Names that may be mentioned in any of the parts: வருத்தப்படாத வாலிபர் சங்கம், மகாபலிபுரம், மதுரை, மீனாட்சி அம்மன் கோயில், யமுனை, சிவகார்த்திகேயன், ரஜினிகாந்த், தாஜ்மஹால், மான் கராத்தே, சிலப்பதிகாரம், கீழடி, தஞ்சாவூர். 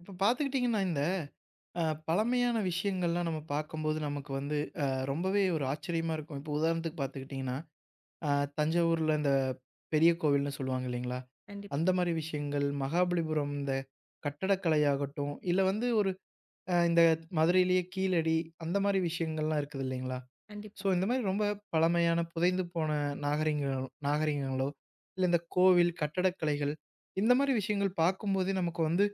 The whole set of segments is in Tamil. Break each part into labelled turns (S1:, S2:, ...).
S1: இப்ப பார்த்துக்கிட்டிங்கன்னா, இந்த பழமையான விஷயங்கள்லாம் நம்ம பார்க்கும்போது நமக்கு வந்து ரொம்பவே ஒரு ஆச்சரியமா இருக்கும். இப்போ உதாரணத்துக்கு பார்த்துக்கிட்டிங்கன்னா, அ தஞ்சாவூர்ல இந்த பெரிய கோவில்னு சொல்லுவாங்க இல்லைங்களா?
S2: கண்டிப்
S1: அந்த மாரி விஷயங்கள், மகாபலிபுரம் இந்த கட்டடக்கலையாகட்டும், இல்ல வந்து ஒரு இந்த மதுரையிலேயே கீழடி, அந்த மாரி விஷயங்கள்லாம் இருக்குது இல்லைங்களா? ஸோ
S2: கண்டிப்பா.
S1: இந்த மாரி ரொம்ப பழமையான புதைந்து போன நாகரீகங்கள் நாகரீகங்களோ, இல்ல இந்த கோவில், கட்டடக்கலைகள் இந்த மாரி விஷயங்கள் பார்க்கும்போதே நமக்கு வந்து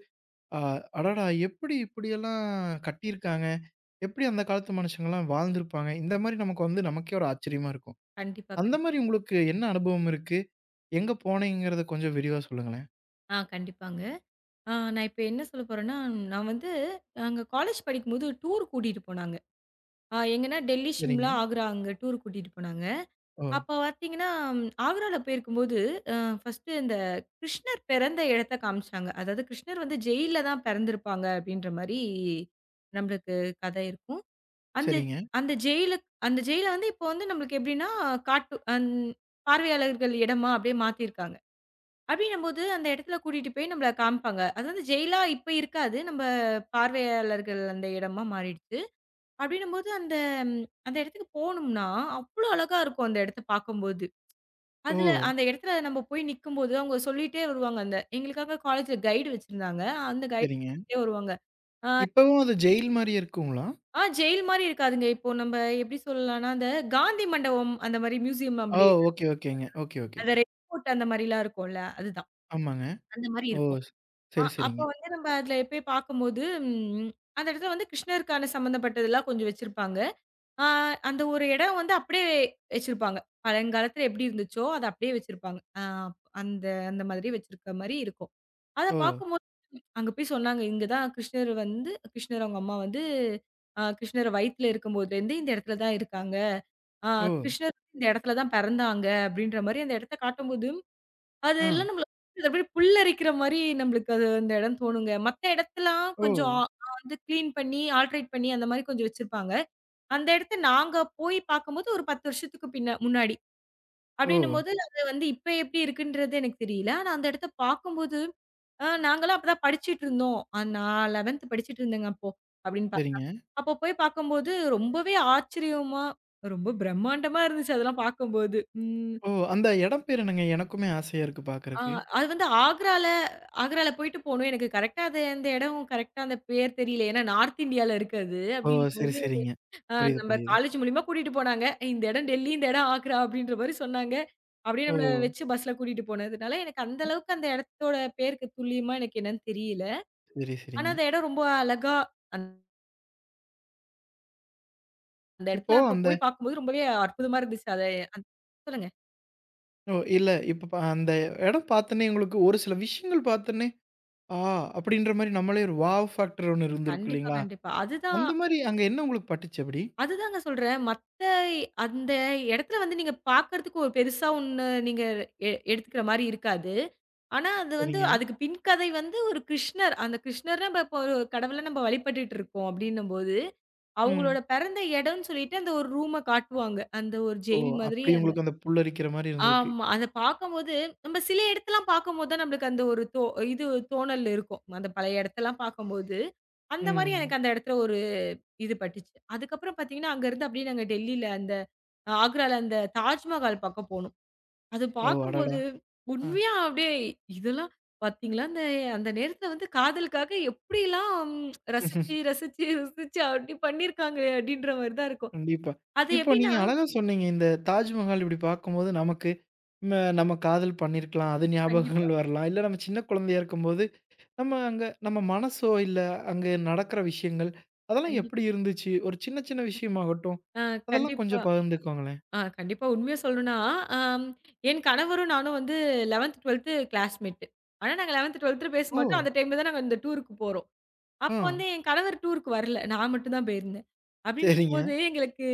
S1: ஆ, அடடா! எப்படி இப்படியெல்லாம் கட்டியிருக்காங்க? எப்படி அந்த காலத்து மனுஷங்கலாம் வாழ்ந்திருப்பாங்க? இந்த மாரி நமக்கு வந்து நமக்கே ஒரு ஆச்சரியமா இருக்கும்.
S2: கண்டிப்பா,
S1: அந்த
S2: கண்டிப்பா.
S1: மாரி உங்களுக்கு என்ன அனுபவம் இருக்கு? எங்க போனீங்கங்கிறத கொஞ்சம் விரிவா சொல்லுங்களேன்.
S2: கண்டிப்பாங்க. நான் இப்ப என்ன சொல்ல போறேன்னா, நான் வந்து நாங்க காலேஜ் படிக்கும்போது டூர் கூட்டிட்டு போனாங்க. எங்கன்னா டெல்லி,
S1: சரிங்க.
S2: ஷிம்லா, ஆக்ரா அங்க டூர் கூட்டிட்டு போனாங்க.
S1: ஓ!
S2: அப்ப பார்த்தீங்கன்னா, ஆக்ரால போயிருக்கும்போது, அ ஃபர்ஸ்ட்டு இந்த கிருஷ்ணர் பிறந்த இடத்த காமிச்சாங்க. அதாவது கிருஷ்ணர் வந்து ஜெயில்ல தான் பிறந்திருப்பாங்க அப்படின்ற மாரி நம்மளுக்கு கதை இருக்கும். அந்த
S1: சரிங்க.
S2: அந்த ஜெயிலு அந்த ஜெயில வந்து இப்போ வந்து நம்மளுக்கு எப்படின்னா, காட்டு அந் பார்வையாளர்கள் இடமா அப்படியே மாத்திருக்காங்க. அப்படின்னும்போது அந்த இடத்துல கூட்டிட்டு போய் நம்மள காமிப்பாங்க. அது வந்து ஜெயிலா இப்ப இருக்காது. நம்ப பார்வையாளர்கள் அந்த இடமா மாறிடுச்சு. அப்படின்னும்போது ம், அந்த இடத்துக்கு போனோம்னா, அவ்ளோ அழகா இருக்கும் அந்த இடத்த பார்க்கும்போது.
S1: ஓ!
S2: அதுல அந்த இடத்துல நம்ம போய் நிக்கும்போது, அவங்க சொல்லிட்டே வருவாங்க. அந்த எங்களுக்காக காலேஜ்ல கைடு வச்சிருந்தாங்க. அந்த கைடு
S1: சரிங்க.
S2: சொல்லிட்டே வருவாங்க. ஆ
S1: இப்பவும் அது ஜெயில் மாரியே இருக்குங்களா?
S2: ஆ ஜெயில் மாரி இருக்காதுங்க. இப்போ நம்ப எப்படி சொல்லலாம்னா, அந்த காந்தி மண்டபம் அந்த மாரி மியூசியம்
S1: ஓ!
S2: அப்படி
S1: ஓகே, ஓகேங்க. Okay, okay.
S2: அந்த ரெட் கோட் அந்த மாரிலாம் இருக்கும்ல, அதுதான்.
S1: ஆமாங்க.
S2: அந்த மாரி
S1: ஓ!
S2: இருக்கும்.
S1: ஸ்- சரி,
S2: அப்ப
S1: சரிங்க.
S2: வந்து நம்ம அதுல போய் பார்க்கும்போது, ம் அந்த இடத்துல வந்து கிருஷ்ணருக்கான சம்மந்தப்பட்டதெல்லாம் கொஞ்சம் வச்சிருப்பாங்க. ஆ அந்த ஒரு இடம் வந்து அப்படியே வச்சிருப்பாங்க. பழங்காலத்துல எப்படி இருந்துச்சோ, அத அப்படியே வச்சிருப்பாங்க. ஆ அந்த அந்த மாதிரி வச்சிருக்க மாரி இருக்கும். அத
S1: ஓ!
S2: பார்க்கும்போது அங்க போய் சொன்னாங்க, இங்க தான் கிருஷ்ணர் வந்து கிருஷ்ணர் அவங்க அம்மா வந்து கிருஷ்ணர் வயித்துல இருக்கும்போதுலேருந்து இந்த இடத்துல தான் இருக்காங்க. ஆ
S1: ஓ!
S2: கிருஷ்ணர் இந்த இடத்துல தான் பிறந்தாங்க அப்படின்ற மாரி அந்த இடத்த காட்டும்போது
S1: ஆ.
S2: அதெல்லாம் நம்மள அது அப்படியே புல்லரிக்கிற மாரி நம்மளுக்கு அது அந்த இடம் தோணுங்க. மத்த இடத்தலாம்
S1: ஓ!
S2: கொஞ்சம் வந்து கிளீன் பண்ணி, ஆல்ட்ரேட் பண்ணி அந்த மாரி கொஞ்சம் வச்சிருப்பாங்க. அந்த இடத்த நாங்க போய் பார்க்கும்போது ஒரு 10 வருஷத்துக்கு பின்ன முன்னாடி.
S1: ஓ!
S2: அப்படின்னும்போது அது வந்து இப்ப எப்படி இருக்குன்றது எனக்கு தெரியல. ஆனா அந்த இடத்த பார்க்கும்போது, நாங்கலாம் அப்பதான் படிச்சுட்டு இருந்தோம். நான் 11த் படிச்சுட்டு இருந்தேங்க அப்போ. அப்படின்னு பா
S1: சரிங்க.
S2: அப்போ போய் பார்க்கும்போது ரொம்பவே ஆச்சரியமா, ரொம்ப பிரம்மாண்டமா இருந்துச்சு அதெல்லாம் பார்க்கும்போது. ம்.
S1: ஓ! அந்த இடம் பேர் என்னங்க? எனக்குமே ஆசையா இருக்கு
S2: ஆ
S1: பார்க்கறக்கு.
S2: அது வந்து ஆக்ரால ஆக்ரால போயிட்டு போணும். எனக்கு கரெக்ட்டா அது அந்த இடம் கரெக்ட்டா அந்த பேர் தெரியல. ஏன்னா நார்த் இந்தியால இருக்கு அது.
S1: ஓ! சரி,
S2: அப்படிங்கும்போது
S1: சரிங்க. புரியுது,
S2: நம்ம
S1: புரியுது.
S2: காலேஜ் மூலியமா கூட்டிட்டு போனாங்க. இந்த இடம் டெல்லி, இந்த இடம் ஆக்ரா அப்படின்ற மாரி சொன்னாங்க. அப்படியே
S1: ஓ!
S2: நம்மள வச்சு பஸ்ல கூட்டிட்டு போனதுனால, எனக்கு அந்த அளவுக்கு அந்த இடத்தோட பேருக்கு துல்லியமா எனக்கு என்னன்னு தெரியல.
S1: சரி,
S2: ஆனா
S1: சரிங்க.
S2: அந்த இடம் ரொம்ப அழகா அந்த
S1: இப்போ
S2: இடத்துல அப்ப
S1: அந்த
S2: போய் பார்க்கும்போது ரொம்பவே அற்புதமா இருந்துச்சு. அத அந் சொல்லுங்க.
S1: இல்ல இப்ப அந்த இடம் பார்த்தோன்னே உங்களுக்கு ஒரு சில விஷயங்கள் பார்த்தோன்னே, ஆ, அப்படின்ற மாரி நம்மளே ஒரு வாவ் ஃபேக்டர் ஒண்ணு இருந்திருக்கும்
S2: கண்டிப்பா,
S1: இல்லைங்களா?
S2: கண்டிப்பா. அதுதான்
S1: அந்த மாரி அங்க என்ன உங்களுக்கு பட்டுச்சு அப்படி?
S2: அதுதாங்க சொல்றேன். மத்த அந்த இடத்துல வந்து நீங்க பார்க்கறதுக்கு ஒரு பெருசா ஒண்ணு நீங்க எடுத்துக்கிற மாரி இருக்காது. ஆனா, அது வந்து
S1: சரிங்க.
S2: அதுக்கு பின்கதை வந்து ஒரு கிருஷ்ணர். அந்த கிருஷ்ணர நம்ம இப்போ ஒரு கடவுள நம்ம வழிபட்டுட்டு இருக்கோம் அப்படின்னும்போது, அவங்களோட
S1: ம்.
S2: பிறந்த இடம்னு சொல்லிட்டு அந்த ஒரு ரூம காட்டுவாங்க. அந்த ஒரு
S1: ஓ!
S2: ஜெயில் மாதிரி
S1: அப்படி
S2: அந்த
S1: உங்களுக்கு அந்த புல்லரிக்கிற மாரி இருந்திருக்கு.
S2: ஆமா. அத பார்க்கும்போது நம்ம சில இடத்தலாம் பார்க்கும்போது தான் நம்மளுக்கு அந்த ஒரு தோ இது தோணல் இருக்கும். அந்த பழைய இடத்தலாம் பார்க்கும்போது, அந்த மாரி
S1: ம்.
S2: எனக்கு அந்த இடத்துல ஒரு இது பட்டுச்சு. அதுக்கப்புறம் பார்த்தீங்கன்னா, அங்கருந்து அப்படியே நாங்க டெல்லில அந்த ஆக்ரால அந்த தாஜ்மஹால் பக்கம் போனோம். அது
S1: ஓ! அடடா!
S2: பார்க்கும்போது
S1: ஆ.
S2: உண்மையா அப்படியே இதெல்லாம் பார்த்தீங்களா, அந்த அந்த நேரத்துல வந்து காதலுக்காக எப்படிலாம் ரசிச்சு, ரசிச்சு, ருசிச்சு அப்படி பண்ணியிருக்காங்களே அப்படின்ற மாரி தான் இருக்கும்.
S1: கண்டிப்பா.
S2: அது
S1: இப்போ
S2: எப்படின்னா
S1: நீங்க அழகா சொன்னீங்க. இந்த தாஜ்மஹால் இப்படி பார்க்கும்போது நமக்கு ம நம்ம காதல் பண்ணியிருக்கலாம். அது
S2: கண்டிப்பா,
S1: ஞாபகங்கள் வரலாம். இல்ல நம்ம சின்ன குழந்தையா இருக்கும்போது, நம்ம அங்க நம்ம மனசோ, இல்ல அங்க நடக்கிற விஷயங்கள், அதெல்லாம்
S2: கண்டிப்பா.
S1: எப்படி இருந்துச்சு? ஒரு சின்ன சின்ன விஷயமாகட்டும்,
S2: ஆ
S1: அதெல்லாம்
S2: கண்டிப்பா.
S1: கொஞ்சம் பகிர்ந்துக்கோங்களேன்.
S2: கண்டிப்பா உண்மையா சொல்லணும்னா, அம் என் கணவரும் நானும் வந்து 11த், 12த் கிளாஸ்மேட். ஆனா நாங்க 11த், 12த்துல பேச
S1: ஓ!
S2: மாட்டோம். அந்த டைம்ல தான் நாங்க இந்த டூருக்கு போறோம்.
S1: ஆ.
S2: அப்போ வந்து என் கணவர் டூருக்கு வரல. நான் மட்டும் தான் போயிருந்தேன். அப்படின்னு
S1: சரிங்க.
S2: இருக்கும்போது எங்களுக்கு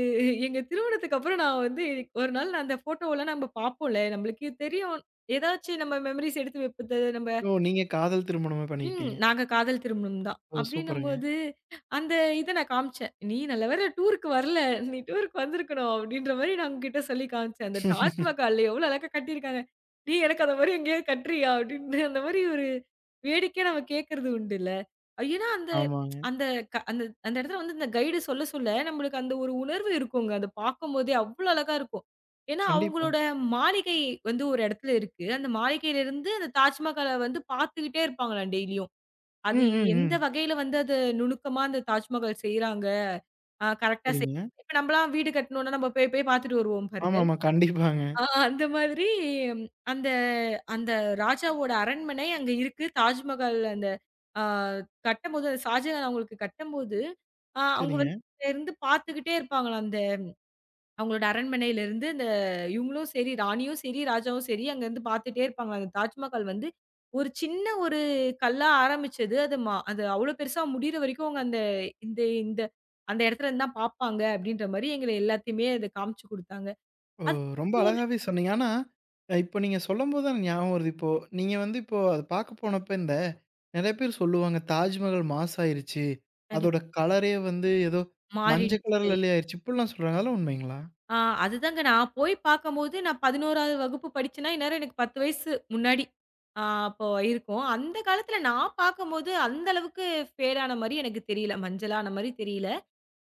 S2: எங்க திருமணத்துக்கு அப்புறம் நான் வந்து ஒரு நாள் நான் அந்த ஃபோட்டோவெல்லாம் நம்ம பார்ப்போம்ல. நம்மளுக்கு தெரியும். ஏதாச்சும் நம்ம மெமரீஸ் எடுத்து வைப்பது, நம்ம
S1: ஓ! நீங்க காதல் திருமணமே
S2: ம்.
S1: பண்ணிக்கிட்டீங்க.
S2: நாங்க காதல் திருமணம் தான்.
S1: ஓ! சூப்பருங்க.
S2: அப்டின்னும்போது, அந்த இத நான் காமிச்சேன். "நீ நல்ல வேள டூருக்கு வரல. நீ டூருக்கு வந்திருக்கணும்." அப்டின்ற மாரி நான் உங்ககிட்ட சொல்லி காமிச்சேன். அந்த தாஜ்மஹால்ல எவ்ளோ அழகா கட்டியிருக்காங்க. "நீ எனக்கு அந்த மாரி எங்கேயாவது கட்டுறியா?" அப்டின்னு அந்த மாரி ஒரு வேடிக்கையா நம்ம கேட்கறது உண்டுல்ல. ஏன்னா அந்த
S1: ஆமாங்க.
S2: அந்த க அந்த அந்த இடத்துல வந்து இந்த கைடு சொல்ல சொல்ல நம்மளுக்கு அந்த ஒரு உணர்வு இருக்குங்க. அத பார்க்கும்போதே அவ்ளோ அழகா இருக்கும். ஏன்னா
S1: கண்டிப்பா.
S2: அவங்களோட மாளிகை வந்து ஒரு இடத்துல இருக்கு. அந்த மாளிகையிலிருந்து அந்த தாஜ்மஹால வந்து பார்த்துக்கிட்டே இருப்பாங்களாம் டெய்லியும்.
S1: ம்,
S2: அது
S1: ம்,
S2: எந்த
S1: ம்.
S2: வகையில வந்து அது நுணுக்கமா அந்த தாஜ்மஹால் செய்றாங்க. அ கரெக்ட்டா செய்
S1: சரிங்க.
S2: இப்ப நம்பலாம் வீடு கட்டணும்னா, நம்ம போய் போய் பார்த்துட்டு வருவோம் பாருங்க.
S1: ஆமாமா. கண்டிப்பாங்க.
S2: ஆ அந்த மாதிரி ம், அந்த அந்த ராஜாவோட அரண்மனை அங்க இருக்கு. தாஜ்மஹால் அந்த அ கட்டம்போது ஷாஜகான் அவங்களுக்கு கட்டம்போது, அவங்க வந்து
S1: சரிங்க.
S2: இருந்து பார்த்துக்கிட்டே இருப்பாங்களாம். அவங்களோட அரண்மனையிலிருந்து இந்த இவங்களும் சரி, ராணியும் சரி, ராஜாவும் சரி அங்கருந்து பார்த்துட்டே இருப்பாங்க. அந்த தாஜ்மஹால் வந்து ஒரு சின்ன ஒரு கல்லா ஆரம்பிச்சது. அது மா அது அவ்ளோ பெருசா முடியிற வரைக்கும் அவங்க அந்த இந்த இந்த அந்த இடத்துலருந்து தான் பார்ப்பாங்க அப்படின்ற மாரி எங்கள எல்லாத்தையுமே அத காமிச்சு குடுத்தாங்க.
S1: ஓ!
S2: அது
S1: ரொம்ப
S2: ஒரு
S1: அழகாவே சொன்னீங்க. ஆனா, இப்ப நீங்க சொல்லும்போது தான் எனக்கு ஞாபகம் வருது. இப்போ நீங்க வந்து இப்போ அத பாக்க போனப்ப இந்த நெறைய பேர் சொல்லுவாங்க, "தாஜ்மஹால் மாஸ் ஆயிருச்சு. அதோட
S2: கண்டிப்பா
S1: கலரே வந்து ஏதோ மஞ்ச
S2: மாறிடுச்சு.
S1: கலர்லலே ஆயிருச்சு." இப்படிலாம் சொல்றாங்க. அதெல்லாம் உண்மைங்களா?
S2: ஆ அதுதாங்க நான் போய் பார்க்கும்போது நான் 11வது வகுப்பு படிச்சேன்னா, இந்நேரம் எனக்கு 10 வயசு முன்னாடி அப்போ இருக்கும். அந்த காலத்துல நான் பார்க்கும்போது அந்த அளவுக்கு ஃபேட் ஆன மாரி எனக்கு தெரியல. மஞ்சளான மாரி தெரியல.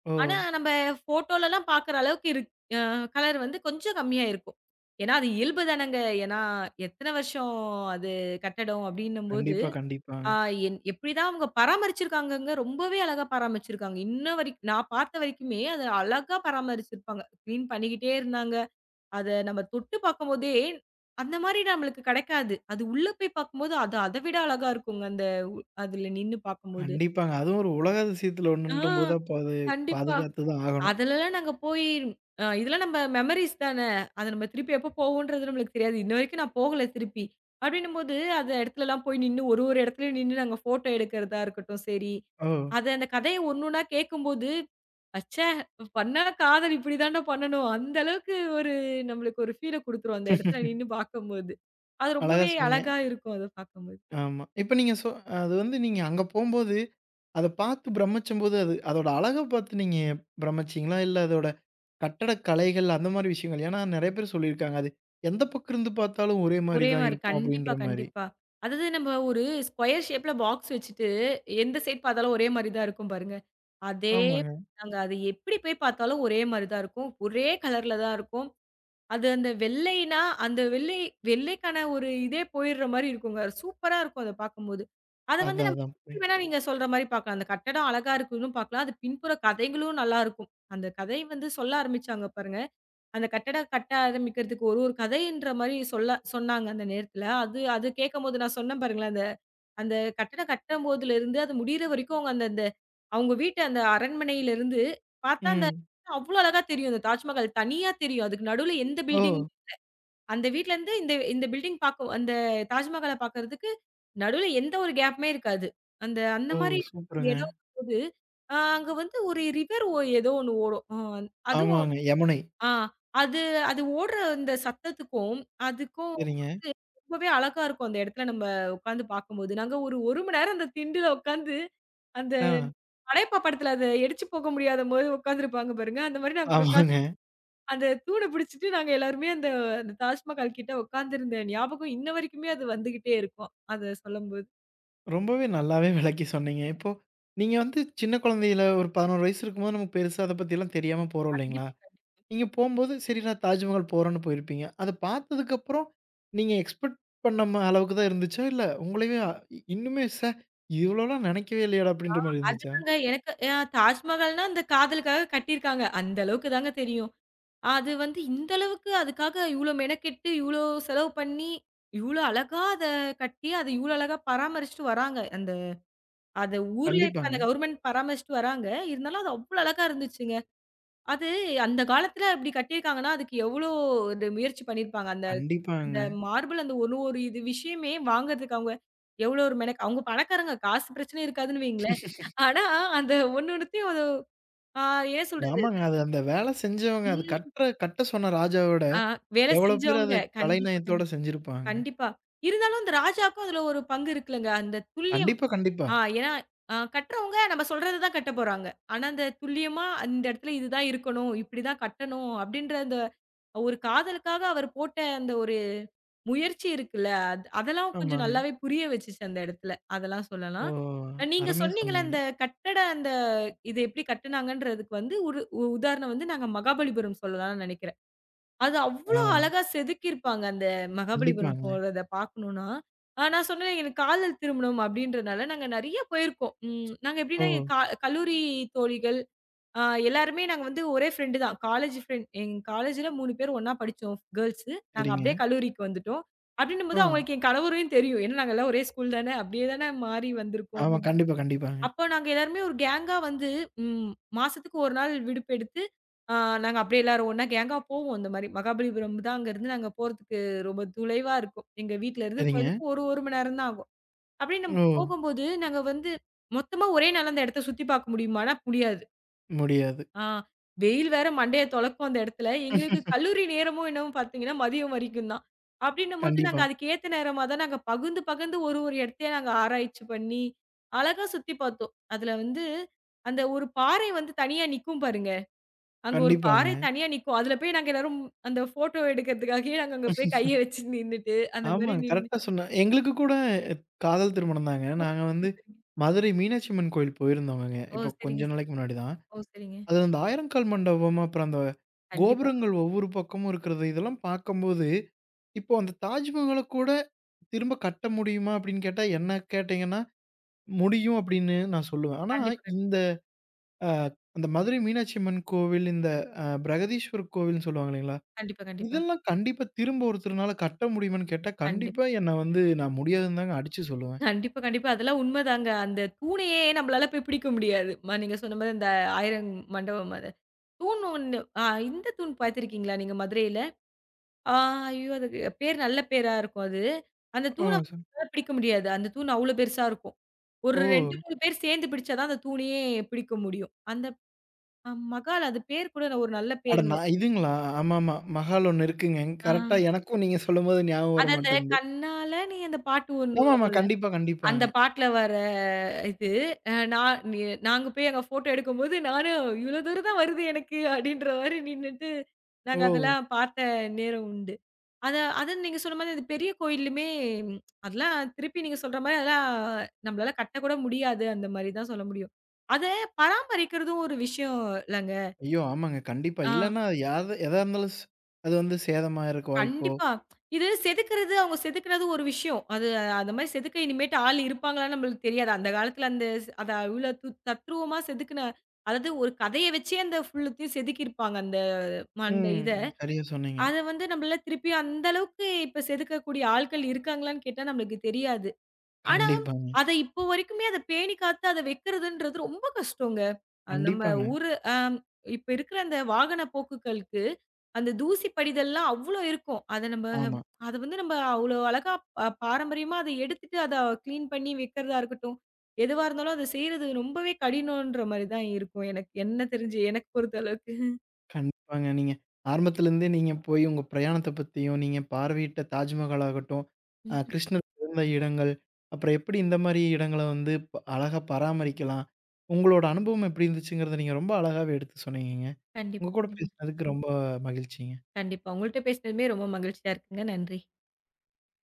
S1: ஓ!
S2: ஆனா நம்ப ஃபோட்டோலலாம் பாக்குற அளவுக்கு இருக் அ கலர் வந்து கொஞ்சம் கம்மியா இருக்கும். ஏன்னா, அது இயல்பு தானங்க. ஏன்னா, எத்தன வருஷம் அது கட்டடம் அப்டின்னும்போது,
S1: கண்டிப்பா,
S2: ஆ
S1: கண்டிப்பாங்க.
S2: என் எப்டிதான் அவங்க பராமரிச்சிருக்காங்கங்க. ரொம்பவே அழகா பராமரிச்சிருக்காங்க. இன்ன வரைக் நான் பார்த்த வரைக்குமே அத அழகா பராமரிச்சிருப்பாங்க. கிளீன் பண்ணிக்கிட்டே இருந்தாங்க. அத நம்ம தொட்டு பாக்கும்போதே, அந்த மாரி நம்மளுக்கு கெடைக்காது. அது உள்ள போய் பாக்கும்போது, அது அத விட அழகா இருக்குங்க. அந்த அதுல நின்னு பாக்கும்போது.
S1: கண்டிப்பாங்க. அதுவும் ஒரு உலக அதிசயத்துல
S2: ஆ,
S1: ஒண்ணுன்றபோது அப்ப அது
S2: கண்டிப்பா.
S1: பாதுகாத்து தான் ஆகணும்.
S2: அதுலலாம் நாங்க போயி அ இதெல்லாம் நம்ம மெமரீஸ் தான. அத நம்ம திருப்பி எப்ப போவோன்றது நம்மளுக்கு தெரியாது. இன்ன வரைக்கும் நான் போகல திருப்பி. அப்டின்னும்போது, அந்த இடத்துலலாம் போய் நின்னு ஒரு ஒரு இடத்துலயும் நின்னு நாங்க ஃபோட்டோ எடுக்கிறதா இருக்கட்டும் சரி.
S1: ஓ!
S2: அத அந்த கதைய ஒண்ணா கேட்கும்போது, "அச்சே! பண்ணா காதல் இப்டி தான்டா பண்ணணும்." அந்த அளவுக்கு ஒரு நம்மளுக்கு ஒரு ஃபீல குடுத்துரும் அந்த இடத்துல நின்னு பார்க்கும்போது. அது
S1: அழகா
S2: ரொம்பவே
S1: சொன்னீங்க.
S2: அழகா இருக்கும் அத பார்க்கும்போது.
S1: ஆமா. இப்ப நீங்க சொ அது வந்து நீங்க அங்க போம்போது, அத பாத்து பிரமிச்சம்போது அது அதோட அழக பாத்து நீங்க பிரமிச்சீங்களா? இல்ல அதோட கட்டடக்கலைகள் அந்த மாரி விஷயங்கள். ஏன்னா, நெறைய பேர் சொல்லியிருக்காங்க. அது எந்த பக்கம் இருந்து பார்த்தாலும் ஒரே மாரி
S2: ஒரே
S1: தான்
S2: மாரி.
S1: இருக்கும்
S2: கண்டிப்பா,
S1: அப்டின்ற மாரி.
S2: கண்டிப்பா. அதாவது நம்ம ஒரு ஸ்கொயர் ஷேப்ல பாக்ஸ் வச்சுட்டு, எந்த சைட் பார்த்தாலும் ஒரே மாரி தான் இருக்கும் பாருங்க. அதே
S1: ஆமாங்க.
S2: தாங்க. அது எப்படி போய் பார்த்தாலும் ஒரே மாரி தான் இருக்கும். ஒரே கலர்ல தான் இருக்கும். அது அந்த வெள்ளைனா, அந்த வெள்ளைக்கான ஒரு இதே போயிடுற மாரி இருக்குங்க. சூப்பரா இருக்கும் அத பார்க்கும்போது. அத வந்து
S1: அதான்,
S2: நம்ம
S1: அதான்.
S2: எப்படி
S1: புரியுது.
S2: வேணா நீங்க சொல்ற மாரி பார்க்கலாம். அந்த கட்டடம் அழகா இருக்குன்னு பார்க்கலாம். அது பின்புற கதைகளும் நல்லாருக்கும். அந்த கதை வந்து சொல்ல ஆரம்பிச்சாங்க பாருங்க. அந்த கட்டடம் கட்ட ஆரம்பிக்கிறதுக்கு ஒரு ஒரு கதைன்ற மாரி சொல்ல சொன்னாங்க அந்த நேரத்துல. அது அது கேட்கும்போது நான் சொன்னேன் பாருங்களேன், அந்த அந்த கட்டடம் கட்டம்போதிலிருந்து அது முடியிற வரைக்கும் அவங்க அந்த அந்த அவங்க வீட்டு அந்த அரண்மனையிலிருந்து பார்த்தா அந்த
S1: ம்.
S2: அவ்ளோ அழகா தெரியும். அந்த தாஜ்மஹால் தனியா தெரியும். அதுக்கு நடுவுல எந்த
S1: ஓ!
S2: பில்டிங் அந்த வீட்லருந்து இந்த இந்த பில்டிங் பார்க்க அந்த தாஜ்மஹால பார்க்கறதுக்கு நடுவுல எந்த ஒரு கேப்புமே இருக்காது. அந்த அந்த
S1: ஓ!
S2: மாரி
S1: சூப்பருங்க.
S2: இடம் இருக்கும்போது, அங்க வந்து ஒரு ரிவர் ஓ ஏதோ ஒண்ணு ஓடும். அதுவும்
S1: ஆமாங்க. யமுனை.
S2: ஆ. அது அது ஓடுற அந்த சத்தத்துக்கும், அதுக்கும்
S1: சரிங்க.
S2: வந்து ரொம்பவே அழகா இருக்கும். அந்த இடத்துல நம்ம உட்காந்து பார்க்கும்போது. நாங்க ஒரு 1 மணி நேரம் அந்த திண்டுல உட்காந்து, அந்த
S1: ஆ.
S2: படையப்பா படத்துல அத எடிச்சு போக முடியாதபோது உட்காந்துருப்பாங்க பாருங்க. அந்த மாரி நாங்க உட்காந்து
S1: ஆமாங்க.
S2: அந்த தூண பிடிச்சுட்டு நாங்க எல்லாருமே அந்த அந்த தாஜ்மஹால் கிட்ட உட்காந்துருந்த ஞாபகம் இன்ன வரைக்குமே அது வந்துகிட்டே இருக்கும். அத சொல்லும்போது.
S1: ரொம்பவே நல்லாவே விளக்கி சொன்னீங்க. இப்போ நீங்க வந்து சின்ன குழந்தையில ஒரு 11 வயசு இருக்கும்போது நமக்கு பெருசா அத பத்திலாம் தெரியாம போறோம் இல்லைங்களா?
S2: கண்டிப்பா, கண்டிப்பா.
S1: நீங்க போம்போது, சரி நான் தாஜ்மஹால் போறேன்னு போயிருப்பீங்க. அத பார்த்ததுக்கப்புறம் நீங்க எக்ஸ்பெக்ட் பண்ண அளவுக்கு தான் இருந்துச்சா? இல்ல உங்களையே இன்னுமே "ச்சே! இவ்வளோலாம் நெனைக்கவே இல்லையேடா!" அப்படின்ற மாரி இருந்துச்சா?
S2: அதுதாங்க எனக்கு தாஜ்மஹால்னா அந்த காதலுக்காக கட்டியிருக்காங்க. அந்த அளவுக்கு தாங்க தெரியும். அது வந்து இந்த அளவுக்கு அதுக்காக இவ்ளோ மெனக்கெட்டு, இவ்ளோ செலவு பண்ணி, இவ்ளோ அழகா அத கட்டி, அத இவ்ளோ அழகா பராமரிச்சுட்டு வராங்க. அந்த அத ஊர்ல இப்ப
S1: கண்டிப்பாங்க,
S2: அந்த கவர்மெண்ட் பராமரிச்சுட்டு வராங்க. இருந்தாலும் அது அவ்ளோ அழகா இருந்துச்சுங்க. அது அந்த காலத்துல அப்படி கட்டியிருக்காங்கன்னா, அதுக்கு எவ்ளோ இது முயற்சி பண்ணியிருப்பாங்க. அந்த அந்த
S1: கண்டிப்பாங்க.
S2: மார்பிள் அந்த ஒரு ஒரு இது விஷயமே வாங்குறதுக்கு அவங்க எவ்ளோ ஒரு மெனக் அவங்க பணக்காரங்க. காசு பிரச்சனையே இருக்காதுன்னு வைங்களேன். ஆனா அந்த ஒண்ணு ஒண்ணுத்தையும் அது ஆ ஏன் சொல்றது?
S1: ஆமாங்க. அது அந்த வேலை செஞ்சவங்க, அது
S2: ம்.
S1: கட்ட சொன்ன ராஜாவோட,
S2: ஆ வேலை
S1: எவ்வளோ பேர்
S2: செஞ்சவங்க.
S1: அத
S2: கண்டிப்பா,
S1: கலைநயத்தோட
S2: கண்டிப்பா.
S1: செஞ்சிருப்பாங்க.
S2: கண்டிப்பா. இருந்தாலும் இந்த ராஜாக்கும் அதுல ஒரு பங்கு இருக்குல்லங்க. அந்த துல்லியம்
S1: கண்டிப்பா, கண்டிப்பா.
S2: ஏன்னா கட்டுறவங்க நம்ம சொல்றது தான் கட்டப் போறாங்க. ஆனா, அந்த துல்லியமா அந்த இடத்துல இதுதான் இருக்கணும், இப்படிதான் கட்டணும் அப்படின்ற அந்த ஒரு காதலுக்காக அவர் போட்ட அந்த ஒரு முயற்சி இருக்குல்ல, அது அதெல்லாம் கொஞ்சம்
S1: ஆமாங்க.
S2: நல்லாவே புரிய வச்சுச்சு அந்த இடத்துல. அதெல்லாம்
S1: ஓ!
S2: சொல்லலாம். நீங்க
S1: அருமையா
S2: சொன்னீங்கல்ல,
S1: சொன்னீங்க.
S2: அந்த கட்டட அந்த இது எப்படி கட்டுனாங்கன்றதுக்கு வந்து ஒரு உதாரணம் வந்து நாங்க மகாபலிபுரம் சொல்லலாம்னு நெனைக்கிறேன். அது
S1: ஆ,
S2: அவ்ளோ அழகா செதுக்கியிருப்பாங்க. அந்த மகாபலிபுரம்
S1: கண்டிப்பாங்க.
S2: போறத பார்க்கணும்னா. நான் சொன்னேன் எனக்கு காதல் திருமணம் அப்டின்றனால நாங்க நெறைய போயிருக்கோம். நாங்க
S1: ஓ!
S2: எப்டின்னா எங்க கல்லூரி தோழிகள், ஆ எல்லாருமே நாங்க வந்து ஒரே ஃப்ரெண்டு தான். காலேஜ் ஃப்ரெண்ட் எங்க காலேஜ்ல 3 பேர் ஒண்ணா படிச்சோம் கேர்ல்ஸு. நாங்க
S1: சரிங்க.
S2: அப்டியே கல்லூரிக்கு வந்துட்டோம்.
S1: ஆ,
S2: அப்டின்னும்போது அவங்களுக்கு என் கணவரையும் தெரியும். ஏன்னா நாங்க எல்லாம் ஒரே ஸ்கூல் தானே, அப்டியே தானே மாறி வந்திருக்கோம்
S1: ஆமா.
S2: அப்டின்னு.
S1: கண்டிப்பா, கண்டிப்பாங்க.
S2: அப்ப நாங்க எல்லாருமே ஒரு கேங்கா வந்து ம் மாசத்துக்கு 1 நாள் விடுப்பு எடுத்து, ஆ நாங்க அப்படியே எல்லாரும் ஒண்ணா கேங்கா போவோம். இந்த மாரி மகாபலிபுரம் தான் அங்க இருந்து நாங்க போறதுக்கு ரொம்ப துளைவா இருக்கும். எங்க வீட்ல இருந்து
S1: சரிங்க.
S2: போறதுக்கு ஒரு 1 மணி நேரம் தான் ஆகும். அப்படியே
S1: ஓ!
S2: நம்ம போகும்போது, நாங்க வந்து மொத்தமா ஒரே நாள்ல அந்த இடத்த சுத்தி பார்க்க முடியுமான்னா முடியாது.
S1: முடியாது.
S2: ஆ. வெயில் வேற மண்டைய தொளக்கும் அந்த இடத்துல. எங்களுக்கு கல்லூரி நேரமும் என்னவோ பார்த்தீங்கன்னா, மதியம் வரைக்கும் தான். அப்டின்னும்போது நாங்க
S1: கண்டிப்பா.
S2: அதுக்கு ஏத்த நேரமா தான் நாங்க பகுந்து, பகுந்து ஒரு ஒரு இடத்தையா நாங்க ஆராய்ச்சி பண்ணி, அழகா சுத்தி பார்த்தோம். அதுல வந்து அந்த ஒரு பாறை வந்து தனியா நிக்கும் பாருங்க. அங்க ஒரு பாறை
S1: கண்டிப்பாங்க.
S2: தனியா நிக்கும். அதுல போய் நாங்க எல்லாரும் அந்த ஃபோட்டோ எடுக்கிறதுக்காகவே நாங்க அங்க போய் கைய வச்சு நின்னுட்டு, அந்த மாரி
S1: ஆமாங்க.
S2: நின்னு
S1: கரெக்ட்டா சொன்ன எங்களுக்கு கூட காதல் திருமணம் தாங்க.
S2: ஓ!
S1: நாங்க வந்து
S2: சரிங்க, சரிங்க.
S1: மதுரை மீனாட்சி அம்மன் கோயில் போயிருந்தோங்கங்க.
S2: ஓ!
S1: இப்போ
S2: சரிங்க
S1: கொஞ்ச
S2: சார்.
S1: நாளைக்கு முன்னாடி தான்.
S2: ஓ! சரிங்க.
S1: அது அந்த ஆயிரங்கால் மண்டபம், அப்புறம் அந்த
S2: கண்டிப்பா.
S1: கோபுரங்கள் ஒவ்வொரு பக்கமும் இருக்கிறது, இதெல்லாம் பார்க்கும்போது, இப்போ அந்த தாஜ்மஹால கூட திரும்ப கட்ட முடியுமா? அப்படின்னு கேட்டா, என்ன கேட்டீங்கன்னா, முடியும் அப்படின்னு நான் சொல்லுவேன். ஆனா,
S2: கண்டிப்பா,
S1: இந்த அ அந்த மதுரை மீனாட்சி அம்மன் கோவில், இந்த பிரகதீஸ்வரர் கோவில்னு சொல்லுவாங்க இல்லைங்களா?
S2: கண்டிப்பா, கண்டிப்பா.
S1: இதெல்லாம் கண்டிப்பா திரும்ப ஒருத்தர்னால கட்ட முடியுமான்னு கேட்டா,
S2: கண்டிப்பா.
S1: கண்டிப்பா என்ன வந்து நான் முடியாதுன்னு தாங்க அடிச்சு சொல்லுவேன்.
S2: கண்டிப்பா, கண்டிப்பா. அதெல்லாம் உண்மதாங்க. அந்த தூணையே நம்மளால போய் பிடிக்க முடியாது. ம நீங்க சொன்ன மாரி அந்த 1000 மண்டபம் அது. தூண் ஒண்ணு இந்த தூண் பார்த்துருக்கீங்களா நீங்க மதுரையில? ஆ ஐயோ! அதுக்கு பேர் நல்ல பேரா இருக்கும் அது. அந்த
S1: ஓ!
S2: தூண நம்மளால பிடிக்க முடியாது. அந்த தூண் அவ்ளோ பெருசா இருக்கும். ஒரு
S1: ஓ!
S2: 2, 3 பேர் சேர்ந்து பிடிச்சா தான் அந்த தூணையே பிடிக்க முடியும். அந்த மகால் அது பேர் கூட ஒரு நல்ல
S1: அட
S2: பேருங்க.
S1: நான் இதுங்களா? ஆமாமா. மஹால் ஒண்ணு இருக்குங்க.
S2: ஆ.
S1: கரெக்ட்டா எனக்கும் நீங்க சொல்லும்போது ஞாபகம்
S2: அது
S1: வர
S2: அந்த
S1: மாட்டேன்து.
S2: கண்ணால நீ அந்த பாட்டு ஒண்ணு
S1: ஆமாமா.
S2: வரும்ல.
S1: கண்டிப்பா,
S2: அந்த
S1: கண்டிப்பாங்க.
S2: பாட்டுல வர இது அ நான் நி நாங்க போய் அங்க ஃபோட்டோ எடுக்கும்போது, நானும் "இவ்ளோ தூரம் தான் வருது எனக்கு" அப்படின்ற மாரி நின்னுட்டு, நாங்க
S1: ஓ!
S2: அதெல்லாம் பார்த்த நேரம் உண்டு. அத அது நீங்க சொன்ன மாரி அது பெரிய கோயில்லுமே அதெல்லாம் திருப்பி நீங்க சொல்ற மாரி அதெல்லாம் நம்மளால கட்டக்கூட முடியாது. அந்த மாரி தான் சொல்ல முடியும். அத பராமரிக்கிறதும் ஒரு விஷயம் இல்லங்க.
S1: ஐயோ! ஆமாங்க. கண்டிப்பா.
S2: ஆ.
S1: இல்லன்னா யாத எதா இருந்தாலும் அது வந்து சேதமா இருக்க வாய்ப்போ
S2: கண்டிப்பா. இது செதுக்குறது, அவங்க செதுக்குறது ஒரு விஷயம். அது அந்த மாரி செதுக்க இனிமேட்டு ஆள் இருப்பாங்களான்னு நம்மளுக்கு தெரியாது. அந்த காலத்துல அந்த ஸ் அத இவ்ளோ து தத்ரூவமா செதுக்குன அதாவது ஒரு கதைய வச்சே அந்த ஃபுல்லுத்தையும் செதுக்கியிருப்பாங்க அந்த அந்த
S1: ம்.
S2: இத.
S1: சரியா சொன்னீங்க.
S2: அத வந்து நம்மளால திருப்பி அந்த அளவுக்கு இப்ப செதுக்கக்கூடிய ஆட்கள் இருக்காங்களான்னு கேட்டா நம்மளுக்கு தெரியாது. ஆனா,
S1: கண்டிப்பாங்க.
S2: அத இப்போ வரைக்குமே அத பேணி காத்து அத வைக்கிறதுன்றது ரொம்ப கஷ்டங்க. நம்ம
S1: கண்டிப்பாங்க.
S2: ஊரு அ இப்ப இருக்கிற அந்த வாகன போக்குகளுக்கு, அந்த தூசி படிதெல்லாம் அவ்ளோ இருக்கும். அத நம்ம
S1: ஆமா.
S2: அத வந்து நம்ம அவ்ளோ அழகா பாரம்பரியமா அத எடுத்துட்டு அத கிளீன் பண்ணி வைக்கிறதா இருக்கட்டும், எதுவா இருந்தாலும் அத செய்றது ரொம்பவே கடினம்ன்ற மாரி தான் இருக்கும். எனக்கு என்ன தெரிஞ்சு எனக்கு பொறுத்த அளவுக்கு.
S1: கண்டிப்பாங்க. நீங்க ஆரம்பத்துலேருந்தே நீங்க போய் உங்க பிரயாணத்த பத்தியும், நீங்க பார்வையிட்ட தாஜ்மஹால் ஆகட்டும்,
S2: ம்.
S1: கிருஷ்ணர் பிறந்த இடங்கள், அப்புறம் எப்படி இந்த மாரி இடங்கள வந்து அழகா பராமரிக்கலாம். உங்களோட அனுபவம் எப்படி இருந்துச்சுங்கிறத நீங்க ரொம்ப அழகாவே எடுத்து சொன்னீங்கங்க. உங்க
S2: கண்டிப்பா,
S1: கூட
S2: கண்டிப்பா.
S1: பேசினதுக்கு ரொம்ப மகிழ்ச்சிங்க.
S2: கண்டிப்பா. உங்கள்ட்ட பேசினதுமே ரொம்ப மகிழ்ச்சியா இருக்குங்க. நன்றி.